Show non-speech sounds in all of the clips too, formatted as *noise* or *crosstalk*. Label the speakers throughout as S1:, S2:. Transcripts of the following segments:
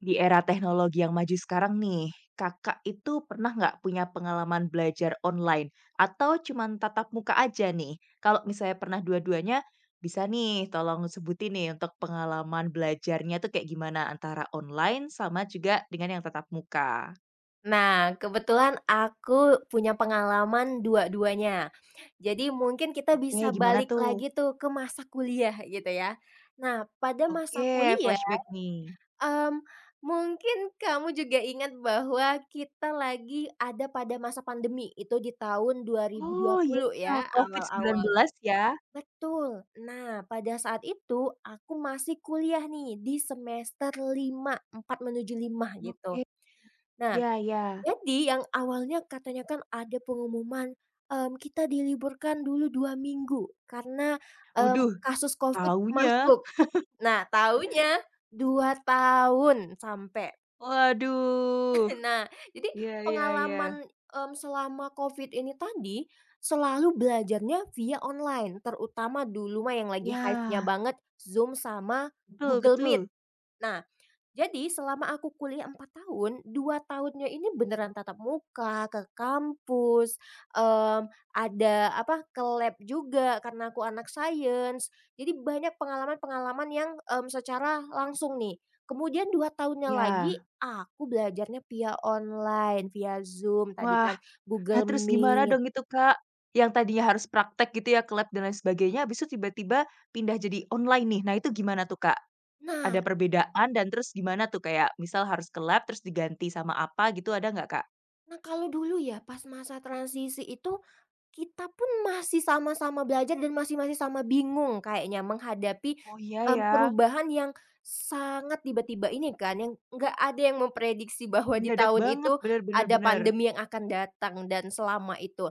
S1: Di era teknologi yang maju sekarang nih, Kakak itu pernah nggak punya pengalaman belajar online atau cuman tatap muka aja nih? Kalau misalnya pernah dua-duanya, bisa nih tolong sebutin nih untuk pengalaman belajarnya tuh kayak gimana antara online sama juga dengan yang tatap muka?
S2: Nah, kebetulan aku punya pengalaman dua-duanya. Jadi mungkin kita
S1: Oke,
S2: bisa
S1: gimana
S2: balik
S1: tuh?
S2: lagi tuh ke masa kuliah gitu ya. Nah, pada masa
S1: Oke,
S2: kuliah,
S1: flashback nih.
S2: mmm, mungkin kamu juga ingat bahwa kita lagi ada pada masa pandemi, itu di tahun dua dua ribu dua
S1: Oh iya,
S2: puluh ya,
S1: covid sembilan
S2: awal-awal.
S1: belas ya?
S2: Betul. Nah, pada saat itu aku masih kuliah nih di semester 5, 4 menuju 5,
S1: Oke,
S2: gitu. Nah,
S1: Ya ya.
S2: jadi yang awalnya katanya kan ada pengumuman, kita diliburkan dulu 2 minggu karena,
S1: Waduh,
S2: kasus Covid
S1: tahunya.
S2: masuk. Nah, taunya 2 tahun sampai.
S1: Waduh.
S2: Nah, jadi
S1: Ya, ya, ya.
S2: pengalaman, selama Covid ini tadi selalu belajarnya via online, terutama dulu mah yang lagi
S1: Iya,
S2: hype-nya banget Zoom sama
S1: betul,
S2: Google
S1: betul,
S2: Meet. Nah, jadi selama aku kuliah 4 tahun, 2 tahunnya ini beneran tatap muka, ke kampus, mmm, ada apa, ke lab juga karena aku anak sains. Jadi banyak pengalaman-pengalaman yang, secara langsung nih. Kemudian 2 tahunnya
S1: iya.
S2: lagi aku belajarnya via online, via Zoom, tadi
S1: Wah,
S2: kan
S1: nah
S2: Google
S1: terus gimana
S2: Meet.
S1: dong itu, Kak? Yang tadinya harus praktek gitu ya ke lab dan lain sebagainya, habis itu tiba-tiba pindah jadi online nih. Nah itu gimana tuh, Kak? Ada
S2: Nah
S1: perbedaan dan terus gimana tuh kayak misal harus ke lab terus diganti sama apa gitu ada nggak, Kak?
S2: nah kalau dulu ya pas masa transisi itu, kita pun masih sama-sama belajar dan masih masih sama bingung kayaknya menghadapi,
S1: Oh iya ya,
S2: perubahan yang sangat tiba-tiba ini kan, yang nggak ada yang memprediksi bahwa di
S1: mendadak
S2: tahun
S1: banget,
S2: itu
S1: bener, bener,
S2: ada
S1: bener.
S2: pandemi yang akan datang dan selama itu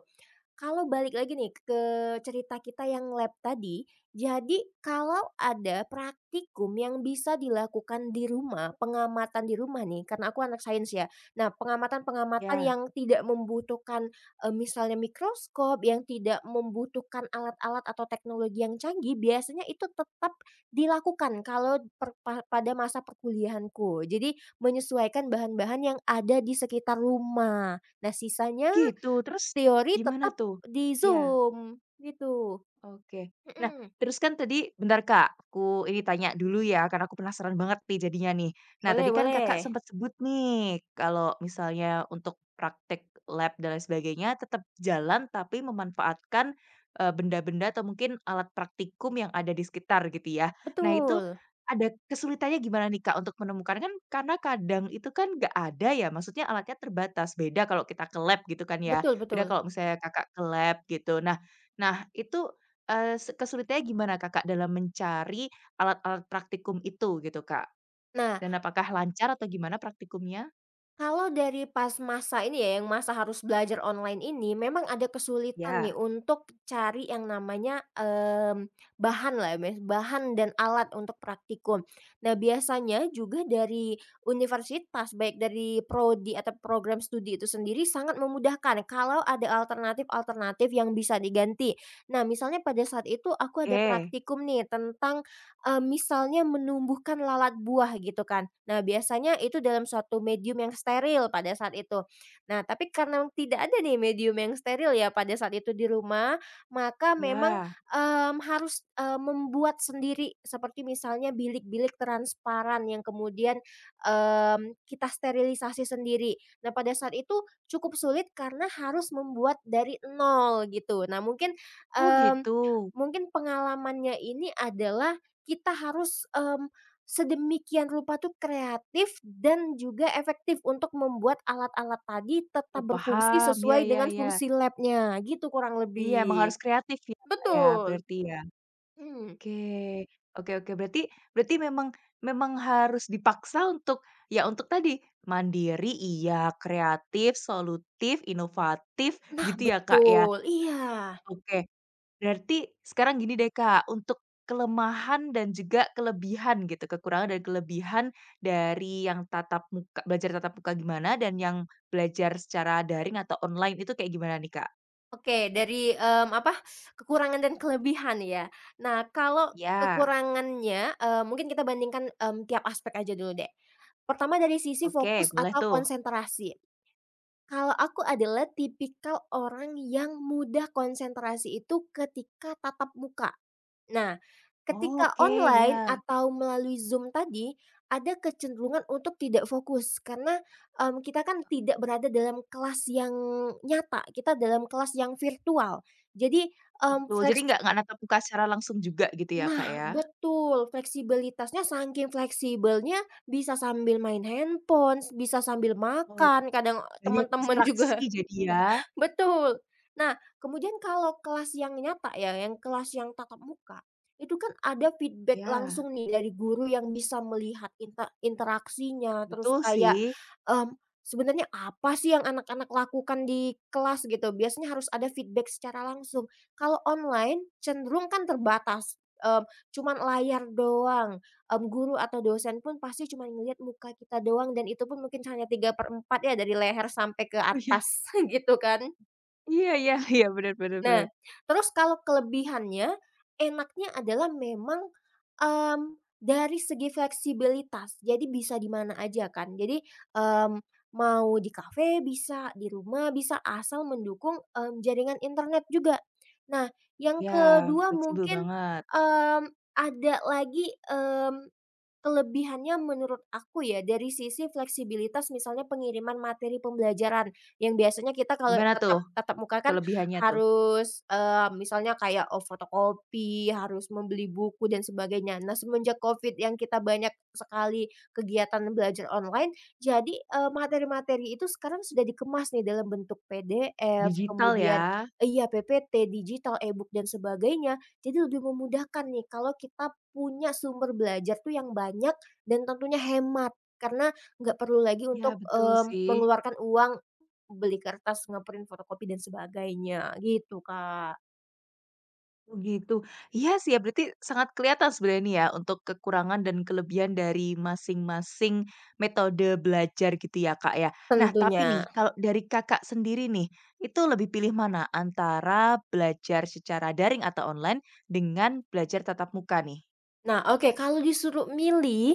S2: kalau balik lagi nih ke cerita kita yang lab tadi, jadi kalau ada praktikum yang bisa dilakukan di rumah, pengamatan di rumah nih, karena aku anak sains ya. Nah, pengamatan-pengamatan
S1: Ya,
S2: yang tidak membutuhkan, misalnya mikroskop, yang tidak membutuhkan alat-alat atau teknologi yang canggih, biasanya itu tetap dilakukan kalau per pa pada masa perkuliahanku. Jadi menyesuaikan bahan-bahan yang ada di sekitar rumah. Nah, sisanya
S1: gitu terus
S2: teori
S1: gimana
S2: tetap
S1: tuh?
S2: di
S1: Iya.
S2: Zoom, gitu.
S1: Oke. Nah,
S2: Mhm,
S1: terus kan tadi bentar, Kak, aku ini tanya dulu ya, karena aku penasaran banget nih jadinya nih. Nah,
S2: boleh,
S1: tadi kan Kakak
S2: boleh.
S1: sempat sebut nih, kalau misalnya untuk praktek lab dan lain sebagainya tetap jalan, tapi memanfaatkan, benda-benda atau mungkin alat praktikum yang ada di sekitar gitu ya. Nah, itu
S2: Betul,
S1: ada kesulitannya gimana nih, Kak, untuk menemukan kan karena kadang itu kan nggak ada ya, maksudnya alatnya terbatas, beda kalau kita ke lab gitu kan ya,
S2: betul,
S1: beda
S2: betul.
S1: kalau misalnya Kakak ke lab gitu. Nah nah, itu Eee, se kesulitannya gimana Kakak dalam mencari alat-alat praktikum itu gitu, Kak?
S2: Nah,
S1: Dan apakah lancar atau gimana praktikumnya?
S2: kalau dari pas masa ini ya, yang masa harus belajar online ini, memang ada kesulitan nih
S1: Ya.
S2: untuk cari yang namanya, bahan lah ya, Mas, bahan dan alat untuk praktikum. Nah, biasanya juga dari universitas, baik dari prodi atau program studi itu sendiri sangat memudahkan kalau ada alternatif-alternatif yang bisa diganti. Nah, misalnya pada saat itu aku ada
S1: Oke,
S2: praktikum nih tentang, misalnya menumbuhkan lalat buah gitu kan. Nah, biasanya itu dalam suatu medium yang steril pada saat itu. Nah, tapi karena tidak ada nih medium yang steril ya pada saat itu di rumah, maka memang,
S1: ya.
S2: harus, membuat sendiri seperti misalnya bilik-bilik transparan yang kemudian, kita sterilisasi sendiri. Nah, pada saat itu cukup sulit karena harus membuat dari nol gitu. Nah,
S1: Oh
S2: mmm,
S1: gitu,
S2: mungkin pengalamannya ini adalah kita harus, sedemikian rupa tuh kreatif dan juga efektif untuk membuat alat-alat tadi tetap
S1: oh
S2: berfungsi
S1: paham, ya,
S2: sesuai
S1: ya,
S2: dengan
S1: ya.
S2: fungsi labnya gitu kurang
S1: Iya emang
S2: lebih.
S1: harus kreatif ya, Kak, ya
S2: Betul,
S1: berarti ya?
S2: mhm.
S1: Oke, oke, oke berarti berarti memang memang harus dipaksa untuk ya untuk tadi, mandiri iya, kreatif, solutif, inovatif
S2: Nah,
S1: gitu ya, Kak, ya?
S2: betul, iya.
S1: Oke. Berarti sekarang gini deh, Kak, untuk kelemahan dan juga kelebihan gitu, kekurangan dan kelebihan dari yang tatap muka belajar tatap muka gimana dan yang belajar secara daring atau online itu kayak gimana nih, Kak?
S2: Oke, dari, apa, kekurangan dan kelebihan ya. Nah, kalau
S1: Ya,
S2: kekurangannya, mungkin kita bandingkan, tiap aspek aja dulu deh. Pertama dari sisi
S1: oke,
S2: fokus
S1: boleh
S2: atau
S1: tuh.
S2: konsentrasi. Kalau aku adalah tipikal orang yang mudah konsentrasi itu ketika tatap muka. Nah,
S1: Oh,
S2: ketika
S1: oke,
S2: online
S1: ya,
S2: atau melalui Zoom tadi, ada kecenderungan untuk tidak fokus karena, kita kan tidak berada dalam kelas yang nyata, kita dalam kelas yang virtual. Jadi, mmm,
S1: betul. Jadi
S2: fleks
S1: nggak natap muka secara langsung juga gitu ya, Kak,
S2: nah,
S1: ya?
S2: betul, fleksibilitasnya saking fleksibelnya bisa sambil main handphone, bisa sambil
S1: Oh, ya,
S2: makan, kadang
S1: banyak
S2: teman-teman *laughs* juga.
S1: distraksi jadi ya.
S2: Betul. Nah, kemudian kalau kelas yang nyata ya, yang kelas yang tatap muka, itu kan ada feedback
S1: Ya,
S2: langsung nih dari guru yang bisa melihat interaksinya, terus
S1: betul
S2: kayak,
S1: sih.
S2: mmm, sebenarnya apa sih yang anak-anak lakukan di kelas gitu, biasanya harus ada feedback secara langsung. Kalau online cenderung kan terbatas, mmm, cuman layar doang, guru atau dosen pun pasti cuma ngelihat muka kita doang dan itu pun mungkin hanya 3/4 ya dari leher sampai ke
S1: Oh, iya.
S2: atas *laughs* gitu kan.
S1: Iya, iya, iya, benar, benar, benar.
S2: Nah, terus kalau kelebihannya, enaknya adalah memang, mmm, dari segi fleksibilitas, jadi bisa di mana aja kan. Jadi, mmm, mau di kafe bisa, di rumah bisa, asal mendukung, jaringan internet juga. Nah, yang
S1: Ya,
S2: kedua
S1: fleksibel
S2: mungkin,
S1: banget.
S2: mmm, ada lagi, kelebihannya menurut aku ya, dari sisi fleksibilitas misalnya pengiriman materi pembelajaran, yang biasanya kita kalau
S1: Gimana tuh?
S2: tatap tatap muka kan
S1: Kelebihannya tuh,
S2: harus, misalnya kayak, oh, fotokopi, harus membeli buku dan sebagainya. Nah, semenjak Covid yang kita banyak sekali kegiatan belajar online, jadi, materi-materi itu sekarang sudah dikemas nih dalam bentuk PDF,
S1: digital
S2: kemudian
S1: ya?
S2: eh, iya, PPT, digital, e-book dan sebagainya. Jadi lebih memudahkan nih kalau kita punya sumber belajar tuh yang banyak dan tentunya hemat, karena nggak perlu lagi
S1: Iya
S2: untuk,
S1: betul sih.
S2: mengeluarkan uang beli kertas, ngeprint fotokopi, dan sebagainya, gitu, Kak,
S1: Oh gitu. Iya sih ya berarti sangat kelihatan sebenarnya nih ya untuk kekurangan dan kelebihan dari masing-masing metode belajar gitu ya, Kak, ya. Nah tapi
S2: tentunya.
S1: nih kalau dari Kakak sendiri nih, itu lebih pilih mana antara belajar secara daring atau online dengan belajar tatap muka nih?
S2: Nah, oke, kalau disuruh milih,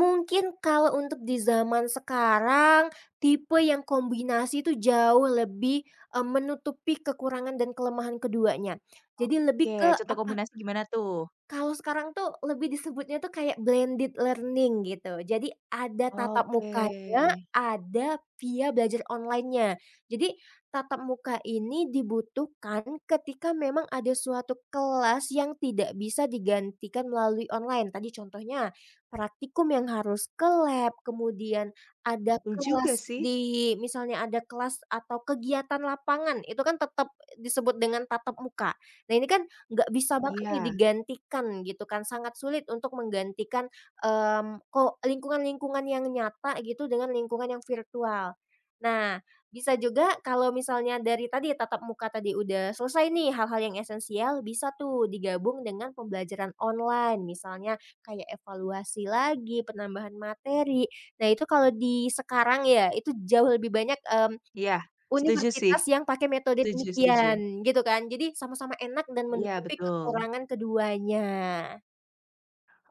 S2: mungkin kalau untuk di zaman sekarang, tipe yang kombinasi itu jauh lebih, menutupi kekurangan dan kelemahan keduanya. Jadi lebih
S1: Oke,
S2: ke
S1: contoh
S2: apa,
S1: kombinasi gimana tuh?
S2: kalau sekarang tuh lebih disebutnya tuh kayak blended learning gitu. Jadi ada tatap
S1: Oke,
S2: mukanya, ada via belajar online-nya. Jadi tatap muka ini dibutuhkan ketika memang ada suatu kelas yang tidak bisa digantikan melalui online. Tadi contohnya praktikum yang harus ke lab, kemudian ada
S1: betul juga
S2: kelas
S1: sih.
S2: di misalnya ada kelas atau kegiatan lapangan, itu kan tetap disebut dengan tatap muka. Nah, ini kan nggak bisa banget nih
S1: Iya,
S2: digantikan gitu kan, sangat sulit untuk menggantikan, mmm, ko lingkungan-lingkungan yang nyata gitu dengan lingkungan yang virtual. Nah, bisa juga kalau misalnya dari tadi tatap muka tadi udah selesai nih hal-hal yang esensial, bisa tuh digabung dengan pembelajaran online, misalnya kayak evaluasi lagi, penambahan materi. Nah, itu kalau di sekarang ya, itu jauh lebih banyak,
S1: iya setuju sih,
S2: universitas yang pakai metode
S1: setuju, setuju.
S2: demikian, gitu kan. Jadi sama-sama enak dan
S1: Iya
S2: menutupi
S1: betul.
S2: kekurangan keduanya.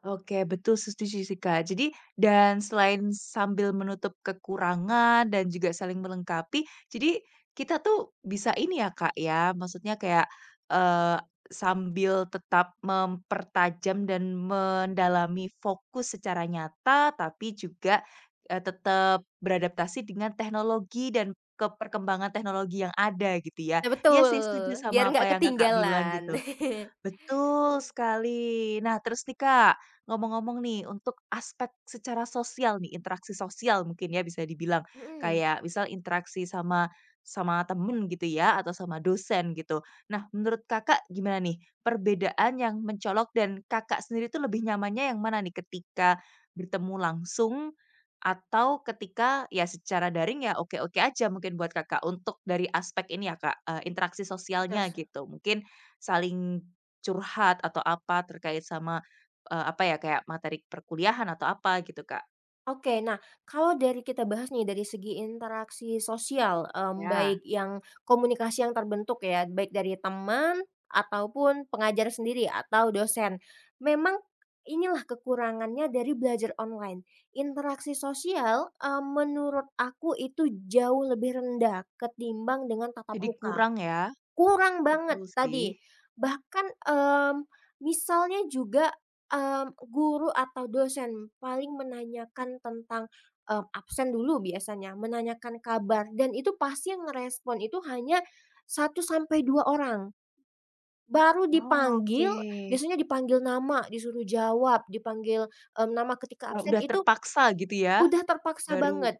S1: Oke betul setuju sih Kak. Jadi dan selain sambil menutup kekurangan dan juga saling melengkapi, jadi kita tuh bisa ini ya Kak ya, maksudnya kayak, eee, sambil tetap mempertajam dan mendalami fokus secara nyata, tapi juga, tetap beradaptasi dengan teknologi dan ke perkembangan teknologi yang ada gitu ya.
S2: Nah,
S1: Iya
S2: betul,
S1: sih setuju
S2: biar
S1: sama
S2: nggak
S1: apa yang Kakak bilang
S2: ketinggalan.
S1: gitu.
S2: *laughs*
S1: Betul sekali. Nah, terus nih Kak, ngomong-ngomong nih, untuk aspek secara sosial nih, interaksi sosial mungkin ya bisa dibilang.
S2: Mhm,
S1: Kayak misal interaksi sama sama temen gitu ya, atau sama dosen gitu. Nah, menurut Kakak gimana nih, perbedaan yang mencolok dan Kakak sendiri tuh lebih nyamannya yang mana nih, ketika bertemu langsung atau ketika ya secara daring ya oke-oke aja mungkin buat Kakak, untuk dari aspek ini ya Kak, interaksi
S2: terus?
S1: sosialnya gitu. Mungkin saling curhat atau apa terkait sama, apa ya, kayak materi perkuliahan atau apa gitu, Kak?
S2: Oke, nah, kalau dari kita bahas nih dari segi interaksi sosial, baik
S1: Ya.
S2: yang komunikasi yang terbentuk ya, baik dari teman ataupun pengajar sendiri atau dosen. Memang inilah kekurangannya dari belajar online. Interaksi sosial, menurut aku itu jauh lebih rendah ketimbang dengan tatap
S1: Jadi
S2: muka.
S1: kurang ya,
S2: Kurang banget
S1: betul sih.
S2: tadi. Bahkan, misalnya juga, guru atau dosen paling menanyakan tentang, absen dulu biasanya, menanyakan kabar dan itu pasti yang ngerespon itu hanya satu sampai 2 orang. Baru
S1: Oh,
S2: dipanggil,
S1: oke.
S2: biasanya dipanggil nama, disuruh jawab, dipanggil, nama ketika
S1: Kalau
S2: absen,
S1: udah
S2: itu
S1: terpaksa gitu ya,
S2: udah terpaksa
S1: baru
S2: banget.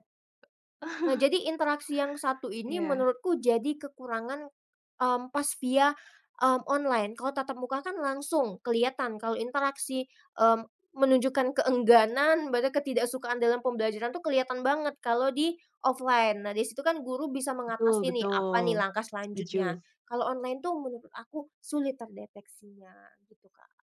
S2: Nah, jadi interaksi yang satu ini
S1: iya.
S2: menurutku jadi kekurangan, pas via, online. Kalau tatap muka kan langsung kelihatan, kalau interaksi, mmm, menunjukkan keengganan, bahkan ketidaksukaan dalam pembelajaran tuh kelihatan banget kalau di offline. Nah, di situ kan guru bisa
S1: Betul,
S2: mengatasi nih, apa nih
S1: betul,
S2: langkah selanjutnya.
S1: setuju.
S2: Kalau online tuh menurut aku sulit terdeteksinya, gitu, Kak.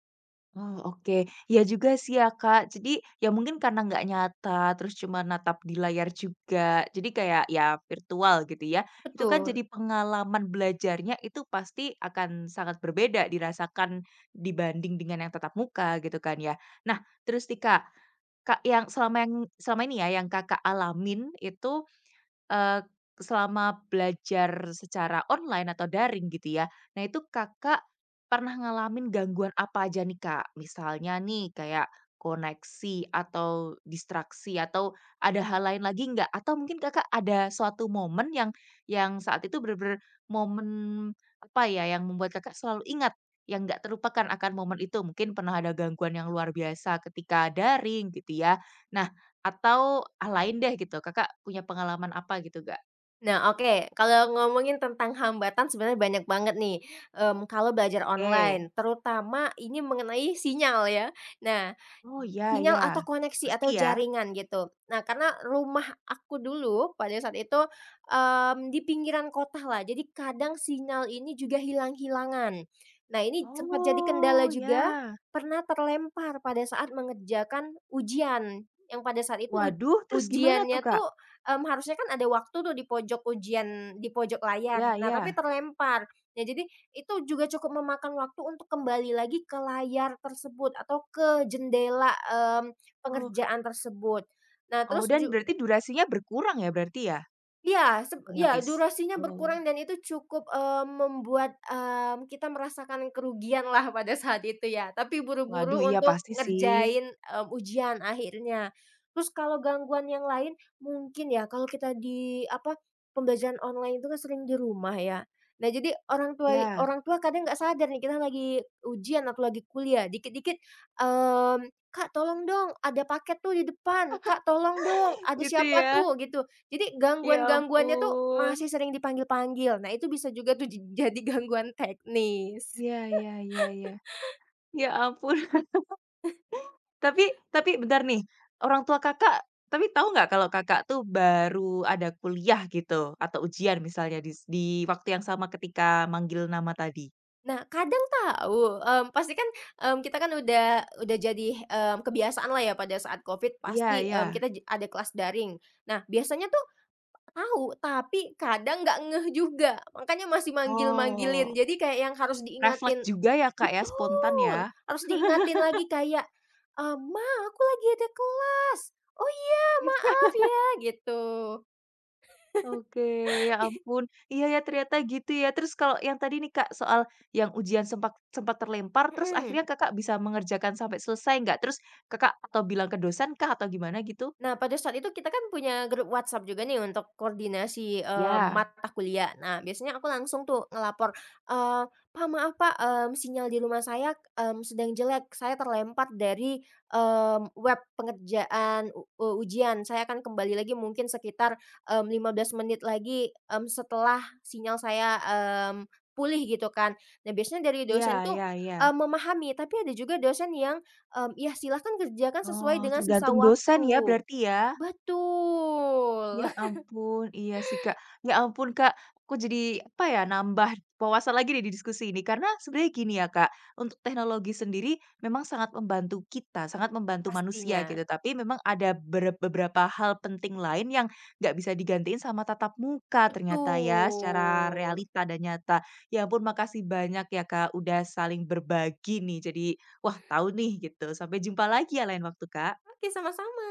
S1: Oh, oke. Ya juga sih ya, Kak. Jadi, ya mungkin karena nggak nyata, terus cuma natap di layar juga. Jadi kayak ya virtual gitu ya. Itu kan
S2: Betul.
S1: jadi pengalaman belajarnya itu pasti akan sangat berbeda dirasakan dibanding dengan yang tatap muka gitu kan ya. Nah, terus nih Kak, Kak yang selama ini ya yang Kakak alamin itu, Eee, selama belajar secara online atau daring gitu ya. Nah itu Kakak pernah ngalamin gangguan apa aja nih, Kak? Misalnya nih kayak koneksi atau distraksi atau ada hal lain lagi nggak? Atau mungkin Kakak ada suatu momen yang saat itu bener-bener momen apa ya, yang membuat Kakak selalu ingat, yang nggak terlupakan akan momen itu? Mungkin pernah ada gangguan yang luar biasa ketika daring gitu ya. Nah atau, ah, lain deh gitu, Kakak punya pengalaman apa gitu gak?
S2: Nah, oke, kalau ngomongin tentang hambatan sebenarnya banyak banget nih, kalau belajar
S1: Oke.
S2: online, terutama ini mengenai sinyal ya. Nah,
S1: Oh, ya,
S2: sinyal
S1: ya.
S2: atau koneksi
S1: Pasti
S2: atau
S1: ya?
S2: jaringan gitu. Nah, karena rumah aku dulu pada saat itu, di pinggiran kota lah jadi kadang sinyal ini juga hilang-hilangan. Nah, ini sempat jadi kendala
S1: Oh,
S2: juga,
S1: ya.
S2: pernah terlempar pada saat mengerjakan ujian, yang pada saat itu
S1: Waduh, terus gimana tuh,
S2: ujiannya tuh,
S1: Kak?
S2: harusnya kan ada waktu tuh di pojok ujian di pojok layar,
S1: Ya,
S2: nah, tapi
S1: ya.
S2: terlempar. Nah, jadi itu juga cukup memakan waktu untuk kembali lagi ke layar tersebut atau ke jendela,
S1: Oh,
S2: pengerjaan tersebut. Nah
S1: oh,
S2: terus
S1: dan
S2: ju
S1: berarti durasinya berkurang ya berarti ya?
S2: Iya, ya
S1: Otomatis.
S2: durasinya
S1: Oh,
S2: berkurang dan itu cukup, membuat, kita merasakan kerugian lah pada saat itu ya, tapi buru-buru
S1: waduh iya
S2: untuk
S1: pasti sih,
S2: ngerjain, ujian akhirnya. Terus kalau gangguan yang lain mungkin ya kalau kita di apa, pembelajaran online itu kan sering di rumah ya. Nah, jadi
S1: ya.
S2: orang tua kadang nggak sadar nih kita lagi ujian atau lagi kuliah, dikit-dikit, mmm, "Kak, tolong dong ada paket tuh di depan, Kak, tolong dong
S1: *laughs*
S2: ada
S1: Gitu
S2: siapa
S1: ya?
S2: tuh," gitu. Jadi
S1: Ya
S2: gangguan-gangguannya tuh
S1: ampun.
S2: masih sering dipanggil-panggil. Nah, itu bisa juga tuh *laughs* jadi gangguan teknis.
S1: Ya, ya, ya, ya. Ya ampun. Tapi, bentar nih, orang tua Kakak, tapi tahu nggak kalau Kakak tuh baru ada kuliah gitu atau ujian misalnya di waktu yang sama ketika manggil nama tadi?
S2: Nah, kadang tahu, pasti kan, kita kan udah jadi, kebiasaan lah ya pada saat Covid
S1: Iya,
S2: pasti,
S1: iya.
S2: kita ada kelas daring. Nah, biasanya tuh tahu, tapi kadang nggak ngeh juga, makanya masih manggil-manggilin.
S1: Oh,
S2: Jadi kayak yang harus
S1: refleks
S2: diingatin
S1: juga ya, Kak, ya, spontan
S2: betul,
S1: ya?
S2: harus diingatin lagi kayak, "Ma, aku lagi ada kelas." "Oh, iya, maaf ya." Gitu.
S1: Oke, ya ampun. Iya ya, ternyata gitu ya. Terus kalau yang tadi nih, Kak, soal yang ujian sempat sempat terlempar, terus
S2: Mhm.
S1: akhirnya Kakak bisa mengerjakan sampai selesai nggak? Terus Kakak atau bilang ke dosen kah atau gimana gitu?
S2: Nah, pada saat itu kita kan punya grup WhatsApp juga nih untuk koordinasi,
S1: Ya.
S2: mata kuliah. Nah, biasanya aku langsung tuh ngelapor, eee, "Pak, maaf Pak, sinyal di rumah saya, sedang jelek. Saya terlempar dari, web pengerjaan ujian. Saya akan kembali lagi mungkin sekitar, 15 menit lagi, setelah sinyal saya, pulih," gitu kan. Nah, biasanya dari
S1: Iya,
S2: dosen tuh,
S1: iya, iya.
S2: memahami, tapi ada juga dosen yang, "Ya, silahkan kerjakan sesuai
S1: Oh,
S2: dengan sisa
S1: tergantung dosen ya
S2: waktu."
S1: berarti ya?
S2: Betul.
S1: Ya
S2: *laughs*
S1: ampun, iya sih, Kak. Ya ampun, Kak, aku jadi apa ya, nambah wawasan lagi nih di diskusi ini. Karena sebenarnya gini ya, Kak, untuk teknologi sendiri memang sangat membantu kita, sangat membantu manusia
S2: Pastinya.
S1: gitu. Tapi memang ada beberapa hal penting lain yang nggak bisa digantiin sama tatap muka ternyata ya, secara
S2: Betul.
S1: realita dan nyata. Ya ampun, makasih banyak ya, Kak, udah saling berbagi nih. Jadi, wah tahu nih gitu. Sampai jumpa lagi ya lain waktu, Kak.
S2: Oke, sama-sama.